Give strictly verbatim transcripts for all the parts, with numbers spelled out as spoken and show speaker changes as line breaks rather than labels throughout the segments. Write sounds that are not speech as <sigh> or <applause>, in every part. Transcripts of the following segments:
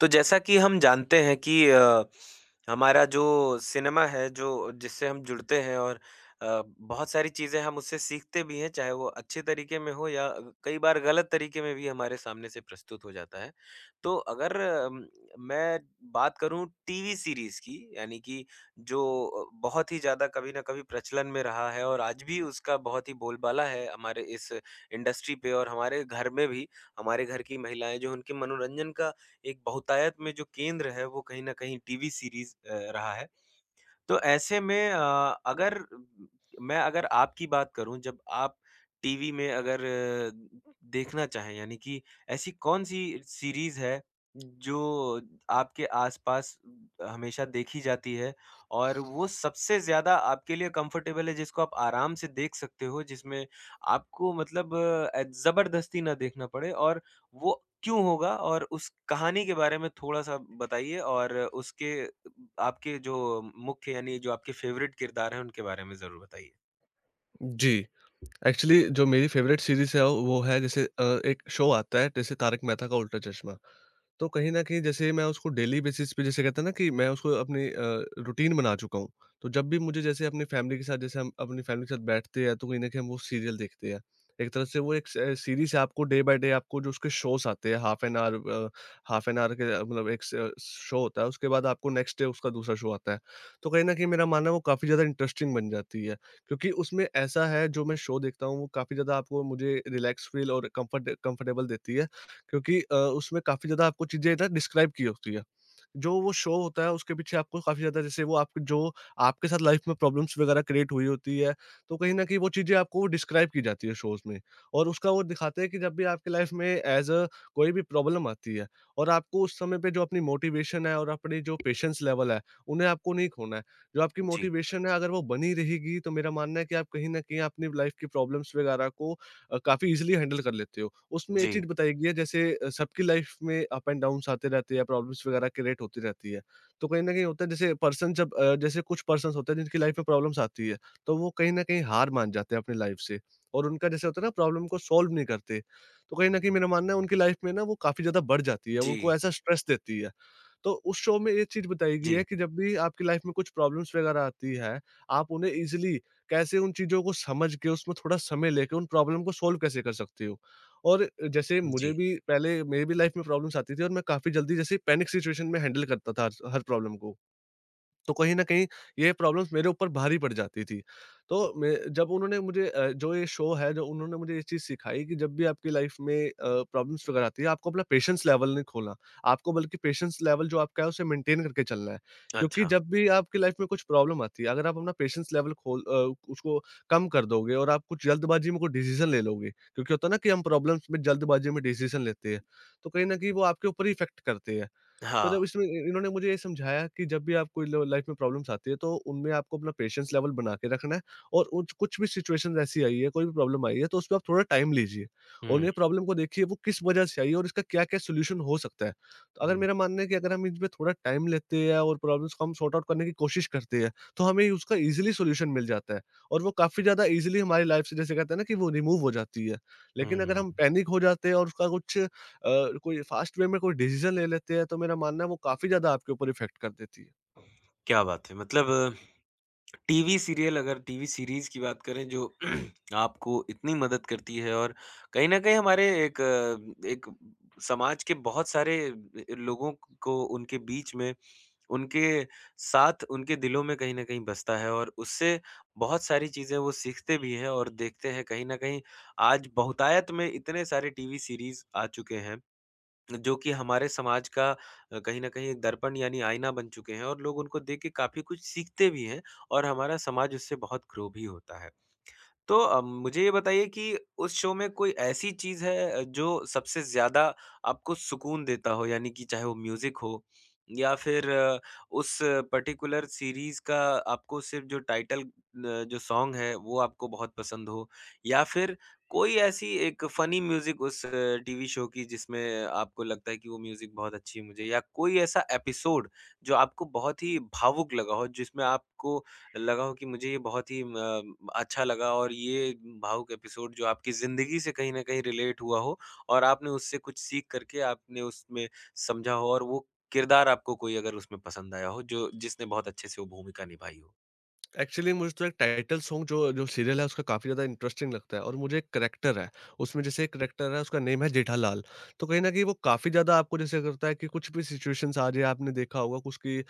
तो जैसा कि हम जानते हैं कि अ, हमारा जो सिनेमा है जो जिससे हम जुड़ते हैं और अ, बहुत सारी चीज़ें हम उससे सीखते भी हैं, चाहे वो अच्छे तरीके में हो या कई बार गलत तरीके में भी हमारे सामने से प्रस्तुत हो जाता है। तो अगर अम, मैं बात करूँ टीवी सीरीज़ की, यानी कि जो अ, बहुत ही ज़्यादा कभी न कभी प्रचलन में रहा है और आज भी उसका बहुत ही बोलबाला है हमारे इस इंडस्ट्री पे और हमारे घर में भी। हमारे घर की महिलाएँ, जो उनके मनोरंजन का एक बहुतायत में जो केंद्र है, वो कहीं न कहीं टीवी सीरीज़ अ, रहा है। तो ऐसे में अ, अगर मैं अगर आपकी बात करूँ, जब आप टीवी में अगर अ, देखना चाहें, यानी कि ऐसी कौन-सी सीरीज़ है जो आपके आस-पास हमेशा देखी जाती है और वो सबसे ज़्यादा आपके लिए कंफर्टेबल है, जिसको आप आराम से देख सकते हो, जिसमें आपको मतलब अ, ज़बरदस्ती ना देखना पड़े, और वो क्यों होगा? और उस कहानी के बारे में थोड़ा-सा बताइए, और उसके आपके जो मुख्य, यानी जो आपके फ़ेवरेट किरदार हैं, उनके बारे में ज़रूर बताइए?
जी, एक्चुअली जो मेरी फ़ेवरेट सीरीज़ है वो है जैसे अ, एक शो आता है जैसे तारक मेहता का उल्टा चश्मा। तो कहीं न कहीं जैसे मैं उसको डेली बेसिस पे जैसे कहते हैं ना कि मैं उसको अपनी अ, रूटीन बना चुका हूँ। तो जब भी मुझे जैसे अपनी फ़ैमिली के साथ जैसे हम अपनी फ़ैमिली के साथ बैठते हैं तो कहीं न कहीं हम वो सीरियल देखते हैं। एक तरह से वो एक स सीरीज़ है, आपको डे बाय डे आपको जो उसके शोज़ आते हैं हाफ एन आवर अ, हाफ एन आवर के अ, मतलब एक स शो होता है, उसके बाद आपको नेक्स्ट डे उसका दूसरा शो आता है। तो कहीं न कहीं मेरा मानना है वो काफ़ी ज़्यादा इंटरेस्टिंग बन जाती है। क्योंकि उसमें ऐसा है, जो मैं शो देखता हूँ वो काफ़ी ज़्यादा आपको मुझे रिलैक्स फ़ील और कम्फ़र्ट कम्फ़र्टेबल देती है। क्योंकि अ, उसमें काफ़ी ज़्यादा आपको चीज़ें ना डिस्क्राइब की होती है। जो वो शो होता है उसके पीछे आपको काफ़ी ज़्यादा जैसे वो आपके जो आपके साथ लाइफ़ में प्रॉब्लम्स वगैरह क्रिएट हुई होती है, तो कहीं न कहीं वो चीज़ें आपको डिस्क्राइब की जाती है शोज़ में। और उसका वो दिखाते हैं कि जब भी आपकी लाइफ़ में एज़ अ कोई भी प्रॉब्लम आती है और आपको उस समय पे जो अपनी मोटिवेशन है और अपनी जो पेशेंस लेवल है, उन्हें आपको नहीं खोना है। जो आपकी
जी,
मोटिवेशन है, अगर वो बनी रहेगी तो मेरा मानना है कि आप कहीं न कहीं अपनी लाइफ़ की प्रॉब्लम्स वगैरह को अ, काफ़ी ईज़िली हैंडल कर लेते हो। उसमें ये
जी।
चीज़ बताई गई है, जैसे अ, सबकी लाइफ में अप एंड डाउन्स आते रहते हैं, प्रॉब्लम्स वगैरह क्रिएट होती रहती है। तो कहीं न कहीं होता है, जैसे पर्सन जब अ, जैसे कुछ पर्सन्स होते हैं जिनकी लाइफ में प्रॉब्लम्स आती है, तो वो कहीं न कहीं हार मान जाते हैं अपनी लाइफ से और उनका जैसे होता है ना प्रॉब्लम को सॉल्व नहीं करते। तो कहीं न कहीं मेरा मानना है उनकी लाइफ में ना वो काफ़ी ज़्यादा बढ़ जाती है,
जी,
उनको ऐसा स्ट्रेस देती है। तो उस शो में ये चीज़ बताई गई है
जी,
कि जब भी आपकी लाइफ में कुछ प्रॉब्लम्स वगैरह आती है, आप उन्हें ईज़िली कैसे उन चीज़ों को समझ के उसमें थोड़ा समय लेके उन प्रॉब्लम को सॉल्व कैसे कर सकते हो? और जैसे
जी।
मुझे भी पहले मेरी भी लाइफ में प्रॉब्लम्स आती थी और मैं काफ़ी जल्दी जैसे पैनिक सिचुएशन में हैंडल करता था हर हर प्रॉब्लम को। तो कहीं न कहीं ये प्रॉब्लम्स मेरे ऊपर भारी पड़ जाती थी। तो मैं जब उन्होंने मुझे अ, जो ये शो है, जो उन्होंने मुझे ये चीज़ सिखाई कि जब भी आपकी लाइफ़ में अ, प्रॉब्लम्स वगैरह आती है आपको अपना पेशेंस लेवल नहीं खोना। आपको बल्कि पेशेंस लेवल जो आपका है उसे मेंटेन करके चलना है। क्योंकि
अच्छा,
जब भी आपकी लाइफ़ में कुछ प्रॉब्लम आती है, अगर आप अपना पेशेंस लेवल खोल अ, उसको कम कर दोगे और आप कुछ जल्दबाज़ी में कोई डिसीज़न ले लोगे, क्योंकि होता है ना कि हम प्रॉब्लम्स में जल्दबाज़ी में डिसीज़न लेते हैं। तो कहीं न कहीं वो आपके ऊपर ही इफ़ेक्ट करते हैं। तो
हाँ।
जब इसमें इ इन्होंने मुझे ये समझाया कि जब भी आपको लो लाइफ में प्रॉब्लम्स आती है तो उनमें आपको अपना पेशेंस लेवल बना के रखना है और उच कुछ भी सिचुएशंस ऐसी आई है, कोई भी प्रॉब्लम आई है तो उसपे आप थोड़ा टाइम लीजिए और
हुँ,
ये प्रॉब्लम को देखिए वो किस वजह से आई है और इसका क्या-क्या सॉल्यूशन हो सकता है। तो अगर
हुँ,
मेरा मानना है कि अगर हम इनपे थोड़ा टाइम लेते हैं और प्रॉब्लम्स को हम सॉर्ट आउट करने की कोशिश करते हैं, तो हमें उसका ईज़िली सॉल्यूशन मिल जाता है और वो काफ़ी ज़्यादा ईज़िली हमारी लाइफ से जैसे कहते हैं ना कि वो रिमूव हो जाती है। लेकिन अगर
हुँ।
हम पैनिक हो जाते हैं और उसका कुछ अ, कोई फास्ट वे में कोई डिसीज़न ले लेते हैं, तो मेरा मानना है वो काफ़ी ज़्यादा आपके ऊपर इफ़ेक्ट कर देती है।
क्या बात है! मतलब टीवी सीरियल अगर टीवी सीरीज़ की बात करें, जो <clears throat> आपको इतनी मदद करती है, और कहीं न कहीं हमारे एक अ, एक समाज के बहुत सारे अ, लोगों को उनके बीच में, उनके साथ, उनके दिलों में कहीं न कहीं बसता है, और उससे बहुत सारी चीज़ें वो सीखते भी हैं और देखते हैं। कहीं न कहीं आज बहुतायत में इतने सारे टीवी सीरीज़ आ चुके हैं, जो कि हमारे समाज का अ, कहीं न कहीं एक दर्पण यानी आईना बन चुके हैं, और लोग उनको देख के काफ़ी कुछ सीखते भी हैं और हमारा समाज उससे बहुत ग्रो भी होता है। तो अ, मुझे ये बताइए कि उस शो में कोई ऐसी चीज़ है अ, जो सबसे ज़्यादा आपको सुकून देता हो? यानी कि चाहे वो म्यूज़िक हो, या फिर अ, उस पर्टिकुलर सीरीज़ का आपको सिर्फ़ जो टाइटल न जो सॉन्ग है वो आपको बहुत पसंद हो, या फिर कोई ऐसी एक फ़नी म्यूज़िक उस टीवी शो की, जिसमें आपको लगता है कि वो म्यूज़िक बहुत अच्छी है मुझे, या कोई ऐसा एपिसोड जो आपको बहुत ही भावुक लगा हो, जिसमें आपको लगा हो कि मुझे ये बहुत ही अ, अच्छा लगा, और ये भावुक एपिसोड जो आपकी ज़िंदगी से कहीं न कहीं रिलेट हुआ हो, और आपने उससे कुछ सीख करके आपने उसमें समझा हो, और वो किरदार आपको कोई अगर उसमें पसंद आया हो जो जिसने बहुत अच्छे से वो भूमिका निभाई हो।
एक्चुअली मुझे तो एक टाइटल सॉन्ग जो जो सीरियल है उसका काफ़ी ज़्यादा इंटरेस्टिंग लगता है, और मुझे एक करैक्टर है, उसमें जैसे एक करैक्टर है उसका नेम है जेठालाल। तो कहीं न कहीं वो काफ़ी ज़्यादा आपको जैसे करता है कि कुछ भी सिचुएशंस आ जाए, आपने देखा होगा उसकी अ,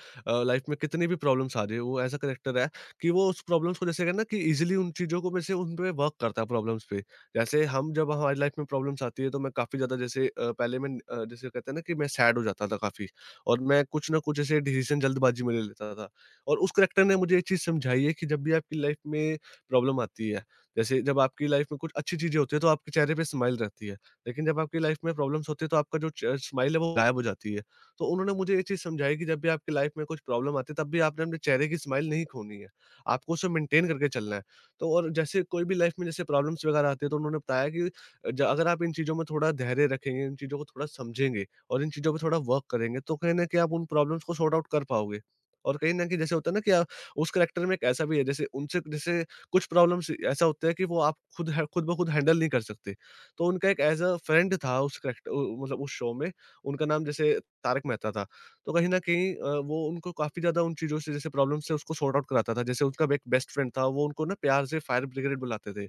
लाइफ़ में कितनी भी प्रॉब्लम्स आ जाए, वो ऐसा करैक्टर है कि वो उस प्रॉब्लम्स को जैसे कहना कि ईज़िली उन चीज़ों को में से उन पे वर्क करता है प्रॉब्लम्स पे। जैसे हम जब हमारी लाइफ़ में प्रॉब्लम्स आती है, तो मैं काफ़ी ज़्यादा जैसे अ, पहले मैं अ, जैसे कहते हैं ना कि मैं सैड हो जाता था काफ़ी, और मैं कुछ ना कुछ ऐसे डिसीज़न जल्दबाज़ी में ले लेता था। और उस करैक्टर ने मुझे ये चीज़ समझाई है कि जब भी आपकी लाइफ में प्रॉब्लम आती है, जैसे जब आपकी लाइफ में कुछ अच्छी चीज़ें होती हैं, तो आपके चेहरे पे स्माइल रहती है। लेकिन जब आपकी लाइफ में प्रॉब्लम्स होती है, तो आपका जो च स्माइल है, वो गायब हो जाती है। तो उन्होंने मुझे ये चीज़ समझाई कि जब भी आपकी लाइफ में कुछ प्रॉब्लम आती है, तब भी आपने अपने चेहरे की स्माइल नहीं खोनी है। आपको उसे मेंटेन करके चलना है। तो और जैसे कोई भी लाइफ में जैसे प्रॉब्लम्स वगैरह आती हैं, तो उन्होंने बताया कि ज अगर आप इन चीज़ों में थोड़ा धैर्य रखेंगे, इन चीज़ों को थोड़ा समझेंगे और इन चीज़ों पे थोड़ा वर्क करेंगे, तो कहीं न कहीं आप उन प्रॉब्लम्स को सॉर्ट आउट कर पाओगे। और कहीं न कहीं जैसे होता है ना कि अ, उस करैक्टर में एक ऐसा भी है, जैसे उनसे जैसे कुछ प्रॉब्लम्स ऐसा होता है कि वो आप खुद है खुद ब खुद हैंडल नहीं कर सकते। तो उनका एक ऐज़ अ फ्रेंड था उस करैक्टर उ मतलब उस शो में, उनका नाम जैसे तारक मेहता था। तो कहीं न कहीं अ, वो उनको काफ़ी ज़्यादा उन चीज़ों से जैसे प्रॉब्लम से उसको सॉर्ट आउट कराता था। जैसे उसका एक बेस्ट फ्रेंड था, वो उनको ना प्यार से फायर ब्रिगेड बुलाते थे।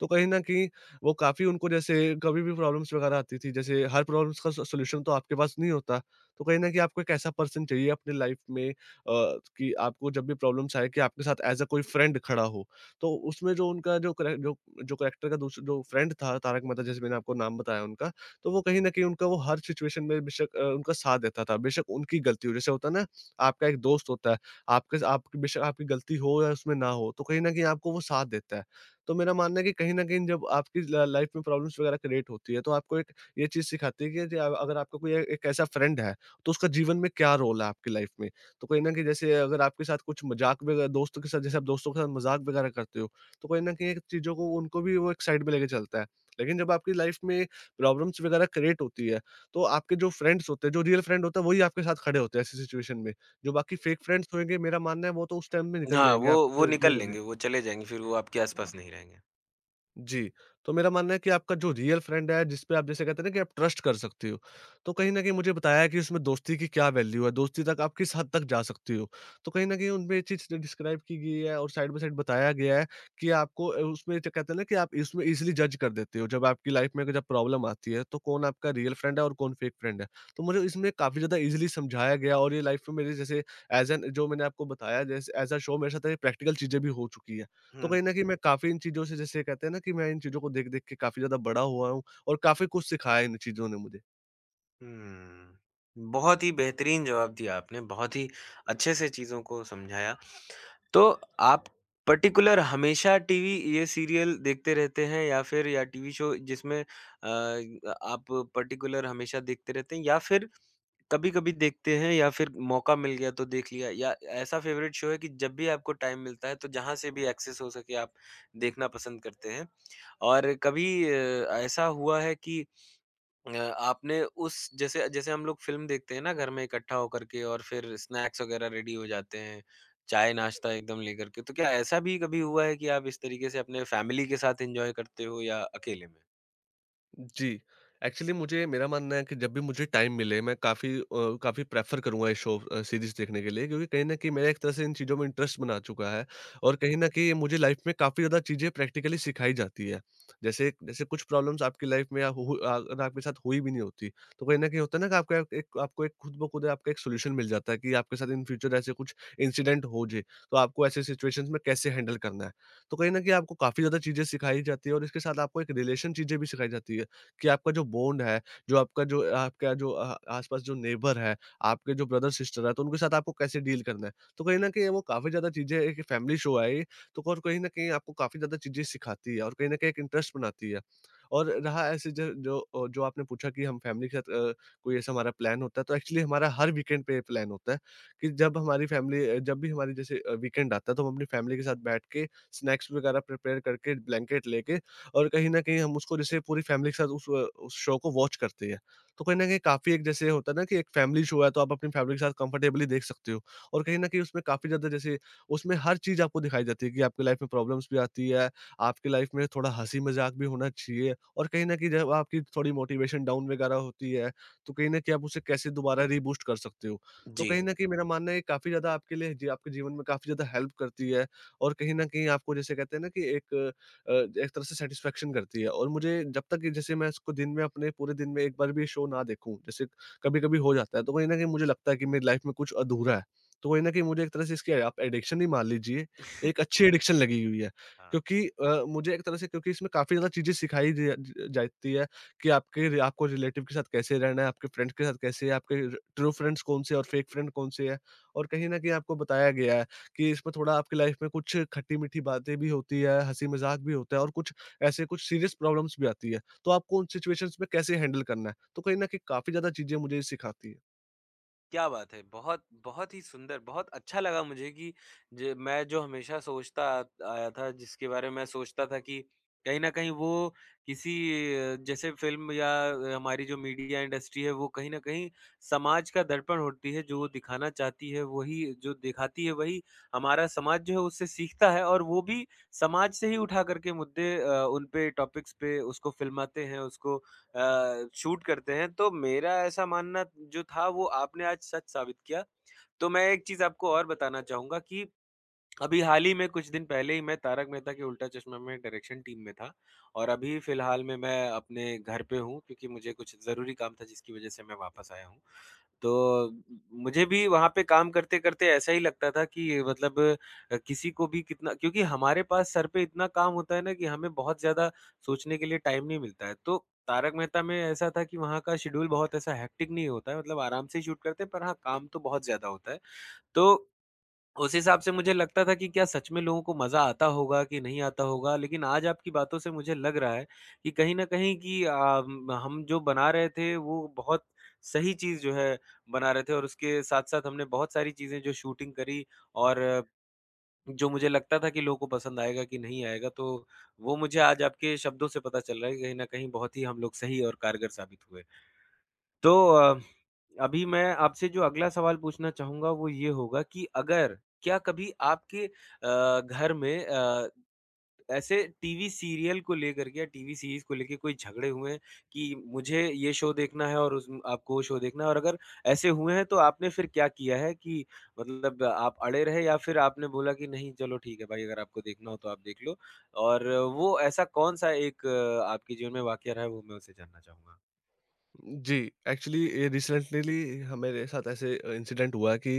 तो कहीं न कहीं वो काफ़ी उनको जैसे कभी भी प्रॉब्लम्स वगैरह आती थी, जैसे हर प्रॉब्लम्स का सो सॉल्यूशन तो आपके पास नहीं होता। तो कहीं न कहीं आपको एक ऐसा पर्सन चाहिए अपनी लाइफ में अ, कि आपको जब भी प्रॉब्लम्स आए कि आपके साथ एज़ अ कोई फ्रेंड खड़ा हो। तो उसमें जो उनका जो करेक जो जो करैक्टर का दूस जो फ्रेंड था, तारक मेहता, जैसे मैंने आपको नाम बताया उनका, तो वो कहीं न कहीं उनका वो हर सिचुएशन में बेशक अ, उनका साथ देता था। बेशक उनकी गलती हो, जैसे होता है ना आपका एक दोस्त होता है, आपके स आप बेशक आपकी गलती हो या उसमें ना हो, तो कहीं न कहीं आपको वो साथ देता है। तो मेरा मानना है कि कहीं न कहीं जब आपकी ल लाइफ़ में प्रॉब्लम्स वगैरह क्रिएट होती है, तो आपको एक ये चीज़ सिखाती है कि ज अगर आपका कोई ए एक ऐसा फ्रेंड है, तो उसका जीवन में क्या रोल है आपकी लाइफ़ में। तो कहीं न कहीं जैसे अगर आपके साथ कुछ मज़ाक वगैरह दोस्तों के साथ जैसे आप दोस्तों के साथ मज़ाक वगैरह करते हो, तो कहीं न कहीं चीज़ों को उनको भी वो एक साइड में लेके चलता है। लेकिन जब आपकी लाइफ़ में प्रॉब्लम्स वगैरह क्रिएट होती है, तो आपके जो फ्रेंड्स होते हैं, जो रियल फ्रेंड होता है, वही आपके साथ खड़े होते हैं ऐसी सिचुएशन में। जो बाकी फेक फ्रेंड्स होंगे, मेरा मानना है वो तो उस टाइम में निकल
हाँ,
जाएँगे,
वो वो
आपसे
निकल
दूर हो जाएँ।
लेंगे, वो चले जाएँगे, फिर वो आपके आस-पास नहीं रहेंगे।
जी, तो मेरा मानना है कि आपका जो रियल फ्रेंड है, जिस पे आप जैसे कहते हैं ना कि आप ट्रस्ट कर सकते हो, तो कहीं न कहीं मुझे बताया कि उसमें दोस्ती की क्या वैल्यू है, दोस्ती तक आप किस हद तक जा सकते हो। तो कहीं न कहीं उनमें ये चीज़ डिस्क्राइब की गई है और साइड बाय साइड बताया गया है कि आपको अ, उसमें जो कहते हैं ना कि आप इसमें ईज़िली जज कर देते हो, जब आपकी लाइफ़ में जब प्रॉब्लम आती है, तो कौन आपका रियल फ्रेंड है और कौन फेक फ्रेंड है। तो मुझे इसमें काफ़ी ज़्यादा ईज़िली समझाया गया और ये लाइफ़ में मेरे जैसे एज़ एन जो मैंने आपको बताया जैसे एज़ अ शो मेरे साथ ये प्रैक्टिकल चीज़ें भी हो चुकी हैं। तो
हुँ,
कहीं न कहीं मैं काफ़ी इन चीज़ों से जैसे कहते हैं ना कि मैं इन चीज़ों को देख-देख के काफ़ी ज़्यादा बड़ा हुआ हूँ और काफ़ी कुछ सिखाया इन चीज़ों ने मुझे।
हुँ। बहुत ही बेहतरीन जवाब दिया आपने, बहुत ही अच्छे से चीज़ों को समझाया। तो आप पर्टिकुलर हमेशा टीवी ये सीरियल देखते रहते हैं, या फिर या टीवी शो जिसमें अ, आप पर्टिकुलर हमेशा देखते रहते हैं, या फिर कभी-कभी देखते हैं, या फिर मौका मिल गया तो देख लिया, या ऐसा फेवरेट शो है कि जब भी आपको टाइम मिलता है तो जहाँ से भी एक्सेस हो सके आप देखना पसंद करते हैं? और कभी अ, ऐसा हुआ है कि अ, आपने उस जैसे जैसे हम लोग फ़िल्म देखते हैं ना, घर में इकट्ठा होकर के, और फिर स्नैक्स वग़ैरह रेडी हो जाते हैं, चाय-नाश्ता एकदम लेकर के, तो क्या ऐसा भी कभी हुआ है कि आप इस तरीके से अपने फ़ैमिली के साथ एन्जॉय करते हो या अकेले में?
जी। एक्चुअली मुझे मेरा मानना है कि जब भी मुझे टाइम मिले मैं काफ़ी अ, काफ़ी प्रेफ़र करूँगा ये शो अ, सीरीज़ देखने के लिए, क्योंकि कहीं न कहीं मेरा एक तरह से इन चीज़ों में इंटरेस्ट बना चुका है और कहीं न कहीं ये मुझे लाइफ़ में काफ़ी ज़्यादा चीज़ें प्रैक्टिकली सिखाई जाती है। जैसे जैसे कुछ प्रॉब्लम्स आपकी लाइफ़ में या हो हो अ, अगर आपके साथ हुई भी नहीं होती, तो कहीं न कहीं होता है ना कि आपका एक एक- आपको एक खुद ब खुद आपका एक सॉल्यूशन मिल जाता है कि आपके साथ इन फ्यूचर ऐसे कुछ इंसिडेंट हो जाए, तो आपको ऐसे सिचुएशंस में कैसे हैंडल करना है। तो कहीं न कहीं आपको काफ़ी ज़्यादा चीज़ें सिखाई जाती है और इसके साथ आपको एक रिलेशन चीज़ें भी सिखाई जाती है। कि आपका जो बॉन्ड है, जो आपका जो आपका जो अ, आस-पास जो नेबर है, आपके जो ब्रदर-सिस्टर है, तो उनके साथ आपको कैसे डील करना है। तो कहीं न कहीं वो काफ़ी ज़्यादा चीज़ें, एक फैमिली शो है ये, तो और कहीं न कहीं आपको काफ़ी ज़्यादा चीज़ें सिखाती है और कहीं न कहीं एक इंटरेस्ट बनाती है। और रहा ऐसे ज जो अ, जो आपने पूछा कि हम फैमिली के साथ अ, कोई ऐसा हमारा प्लान होता है, तो एक्चुअली हमारा हर वीकेंड पे प्लान होता है कि जब हमारी फैमिली अ, जब भी हमारी जैसे अ, वीकेंड आता है, तो हम अपनी फैमिली के साथ बैठ के स्नैक्स वगैरह प्रिपेयर करके, ब्लैंकेट लेके और कहीं न कहीं हम उसको जैसे पूरी फैमिली के साथ उस अ, उस शो को वॉच करते हैं। तो कहीं न कहीं काफ़ी एक जैसे होता है ना कि एक फैमिली शो है, तो आप अपनी फैमिली के साथ कंफर्टेबली देख सकते हो। और कहीं न कहीं उसमें काफ़ी ज़्यादा जैसे उसमें हर चीज़ आपको दिखाई जाती है कि आपकी लाइफ़ में प्रॉब्लम्स भी आती है, आपकी लाइफ़ में थोड़ा हँसी-मज़ाक भी होना चाहिए और कहीं न कहीं जब आपकी थोड़ी मोटिवेशन डाउन वगैरह होती है, तो कहीं न कहीं आप उसे कैसे दोबारा रीबूस्ट कर सकते हो। तो
जी।
कहीं न कहीं मेरा मानना है, ये काफ़ी ज़्यादा आपके लिए, जी, आपके जीवन में काफ़ी ज़्यादा हेल्प करती है और कहीं न कहीं आपको, जैसे कहते हैं ना कि एक अ, एक तरह से सेटिस्फैक्शन करती है। और मुझे, जब तक ये जैसे मैं इसको दिन में अपने पूरे दिन में एक बार भी शो ना देखूँ, जैसे कभी-कभी हो जाता है, तो कहीं न कहीं मुझे लगता है कि मेरी लाइफ में कुछ अधूरा है। तो कहीं न कहीं मुझे एक तरह से इसकी, आप एडिक्शन ही मान लीजिए, एक अच्छी एडिक्शन लगी हुई है, क्योंकि अ, मुझे एक तरह से क्योंकि इसमें काफ़ी ज़्यादा चीज़ें सिखाई जा ज जाती है कि आपके आपको रिलेटिव के साथ कैसे रहना है, आपके फ्रेंड्स के साथ कैसे है, आपके ट्रू फ्रेंड्स कौन से हैं और फेक फ्रेंड कौन से हैं। और कहीं न कहीं आपको बताया गया है कि इसमें थोड़ा, आपकी लाइफ में कुछ खट्टी-मीठी बातें भी होती है, हँसी-मज़ाक भी होता है और कुछ ऐसे कुछ सीरियस प्रॉब्लम्स भी आती है। तो आपको उन सिचुएशंस में कैसे हैंडल करना है? तो कहीं न कहीं काफ़ी ज़्यादा चीज़ें मुझे सिखाती है।
क्या बात है! बहुत, बहुत ही सुंदर, बहुत अच्छा लगा मुझे कि ज मैं जो हमेशा सोचता आ- आया था, जिसके बारे में मैं सोचता था कि कहीं न कहीं वो किसी अ, जैसे फ़िल्म या अ, हमारी जो मीडिया इंडस्ट्री है, वो कहीं न कहीं समाज का दर्पण होती है, जो वो दिखाना चाहती है, वही जो दिखाती है, वही हमारा समाज जो है, उससे सीखता है, और वो भी समाज से ही उठा कर के मुद्दे अ, उन पे, टॉपिक्स पे उसको फ़िल्माते हैं, उसको अ, शूट करते हैं, तो मेरा ऐसा मानना जो था वो आपने आज सच साबित किया। तो मैं एक चीज़ आपको और बताना चाहूँगा कि अभी हाल ही में कुछ दिन पहले ही मैं तारक मेहता के उल्टा चश्मा में डायरेक्शन टीम में था, और अभी फ़िलहाल में मैं अपने घर पे हूँ, क्योंकि मुझे कुछ ज़रूरी काम था जिसकी वज़ह से मैं वापस आया हूँ। तो मुझे भी वहाँ पे काम करते-करते ऐसा ही लगता था कि, मतलब अ, किसी को भी कितना, क्योंकि हमारे पास सर पे इतना काम होता है ना कि हमें बहुत ज़्यादा सोचने के लिए टाइम नहीं मिलता है। तो तारक मेहता में ऐसा था कि वहाँ का शेड्यूल बहुत ऐसा हेक्टिक नहीं होता है, मतलब आराम से शूट करते हैं, पर हाँ, काम तो बहुत ज़्यादा होता है। तो उस हिसाब से मुझे लगता था कि क्या सच में लोगों को मज़ा आता होगा कि नहीं आता होगा? लेकिन आज आपकी बातों से मुझे लग रहा है कि कहीं न कहीं कि अ, हम जो बना रहे थे वो बहुत सही चीज़ जो है बना रहे थे, और उसके साथ-साथ हमने बहुत सारी चीज़ें जो शूटिंग करी, और जो मुझे लगता था कि लोगों को पसंद आएगा कि नहीं आएगा, तो वो मुझे आज आपके शब्दों से पता चल रहा है कि कहीं न कहीं बहुत ही हम लोग सही और कारगर साबित हुए। तो अ, अभी मैं आपसे जो अगला सवाल पूछना चाहूँगा वो ये होगा कि अगर क्या कभी आपके अ, घर में अ, ऐसे टीवी सीरियल को लेकर के या टीवी सीरीज़ को लेके कोई झगड़े हुए हैं कि मुझे ये शो देखना है और उस आपको वो शो देखना है, और अगर ऐसे हुए हैं तो आपने फिर क्या किया है कि, मतलब आप अड़े रहे या फिर आपने बोला कि नहीं चलो ठीक है भाई, अगर आपको देखना हो तो आप देख लो, और वो ऐसा कौन-सा एक अ, आपके जीवन में वाक़या रहा है, वो मैं उसे जानना चाहूँगा?
जी, एक्चुअली ये रिसेंटली ह मेरे साथ ऐसे अ, इंसिडेंट हुआ कि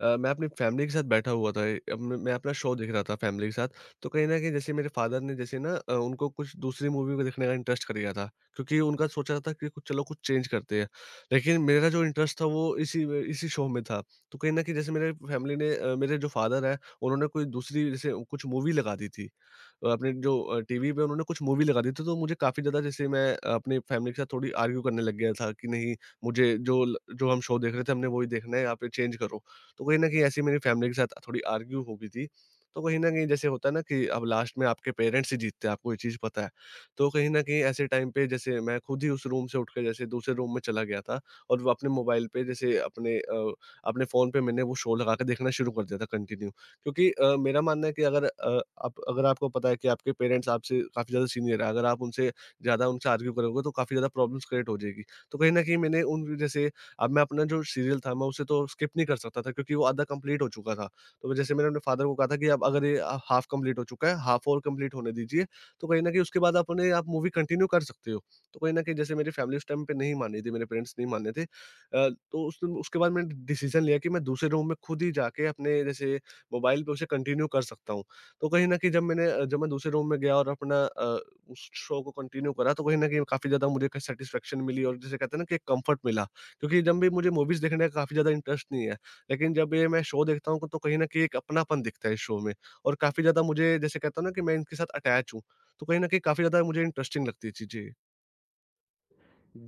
अ, मैं अपनी फैमिली के साथ बैठा हुआ था। ए अब मैं मैं अपना शो देख रहा था फैमिली के साथ, तो कहीं न कहीं जैसे मेरे फ़ादर ने, जैसे ना अ, उनको कुछ दूसरी मूवी को देखने का इंटरेस्ट कर गया था, क्योंकि उनका सोचा था कि कुछ चलो कुछ चेंज करते हैं। लेकिन मेरा जो इंटरेस्ट था वो इसी में, इसी शो में था। तो कहीं न कहीं जैसे मेरे फैमिली ने अ, मेरे जो फ़ादर हैं, उन्होंने कोई दूसरी जैसे कुछ मूवी लगा दी थी। अपने जो अ, टीवी पे उन्होंने कुछ मूवी लगा दी थी, तो मुझे काफ़ी ज़्यादा, जैसे मैं अपनी फैमिली के साथ थोड़ी आर्ग्यू करने लग गया था कि नहीं, मुझे जो ल जो हम शो देख रहे थे, हमने वही देखना है, आप ये चेंज करो। तो कहीं न कहीं ऐसी मेरी फैमिली के साथ थोड़ी आर्ग्यू हो गई थी। तो कहीं न कहीं, जैसे होता है ना कि अब लास्ट में आपके पेरेंट्स ही जीतते हैं, आपको ये चीज़ पता है। तो कहीं न कहीं ऐसे टाइम पे जैसे मैं खुद ही उस रूम से उठ के जैसे दूसरे रूम में चला गया था और वो अपने मोबाइल पे, जैसे अपने अ, अपने फ़ोन पे मैंने वो शो लगा के देखना शुरू कर दिया था, कंटिन्यू। क्योंकि अ, मेरा मानना है कि अगर अ, आप अगर आपको पता है कि आपके पेरेंट्स आपसे काफ़ी ज़्यादा सीनियर हैं, अगर आप उनसे ज़्यादा उनसे आर्ग्यू करोगे, तो काफ़ी ज़्यादा प्रॉब्लम्स क्रिएट हो जाएगी। तो कहीं न कहीं मैंने उन जैसे, अब मैं अपना जो सीरियल था, मैं उसे तो स्किप नहीं कर सकता था, क्योंकि वो आधा कंप्लीट हो चुका था। तो मैं- जैसे मैंने अपने फादर को कहा था कि अब अगर ये अ, हाफ कंप्लीट हो चुका है, हाफ और कंप्लीट होने दीजिए, तो कहीं न कहीं उसके बाद अपने आप मूवी कंटिन्यू कर सकते हो। तो कहीं न कहीं जैसे मेरी फैमिली उस टाइम पे नहीं मान रही थी, मेरे पेरेंट्स नहीं मान रहे थे। अ, तो उस उसके बाद मैंने डिसीज़न लिया कि मैं दूसरे रूम में खुद ही जाके अपने, जैसे, मोबाइल पे उसे कंटिन्यू कर सकता हूँ। तो कहीं न कहीं जब मैंने अ, जब मैं दूसरे रूम में गया और अपना अ, उस शो को कंटिन्यू करा, तो कहीं न कहीं काफ़ी ज़्यादा मुझे क सैटिस्फैक्शन मिली और जिसे कहते हैं ना कि एक कम्फर्ट मिला। क्योंकि जब भी मुझे मूवीज़ देखने का काफ़ी ज़्यादा इंटरेस्ट नहीं है, लेकिन जब ये मैं शो देखता हूँ, तो कहीं न कहीं एक अपनापन दिखता है इस शो में और काफ़ी ज़्यादा मुझे, जैसे कहता हूँ ना, कि मैं इनके साथ अटैच हूँ। तो कहीं न कहीं काफ़ी ज़्यादा मुझे इंटरेस्टिंग लगती है चीज़ें।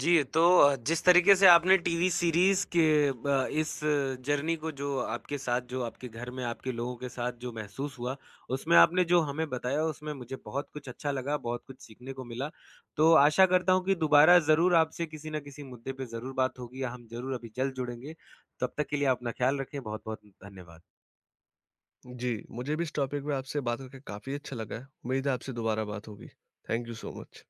जी, तो अ, जिस तरीके से आपने टीवी सीरीज़ के ब इस जर्नी को, जो आपके साथ, जो आपके घर में आपके लोगों के साथ जो महसूस हुआ, उसमें आपने जो हमें बताया उसमें मुझे बहुत कुछ अच्छा लगा, बहुत कुछ सीखने को मिला। तो आशा करता हूँ कि दोबारा ज़रूर आपसे किसी न किसी मुद्दे पे ज़रूर बात होगी, या हम ज़रूर अभी जल्द जुड़ेंगे। तब तक के लिए अपना ख्याल रखें, बहुत-बहुत धन्यवाद।
जी, मुझे भी इस टॉपिक पे आपसे बात करके काफ़ी अच्छा लगा है। उम्मीद है आपसे दोबारा बात होगी। Thank you so much.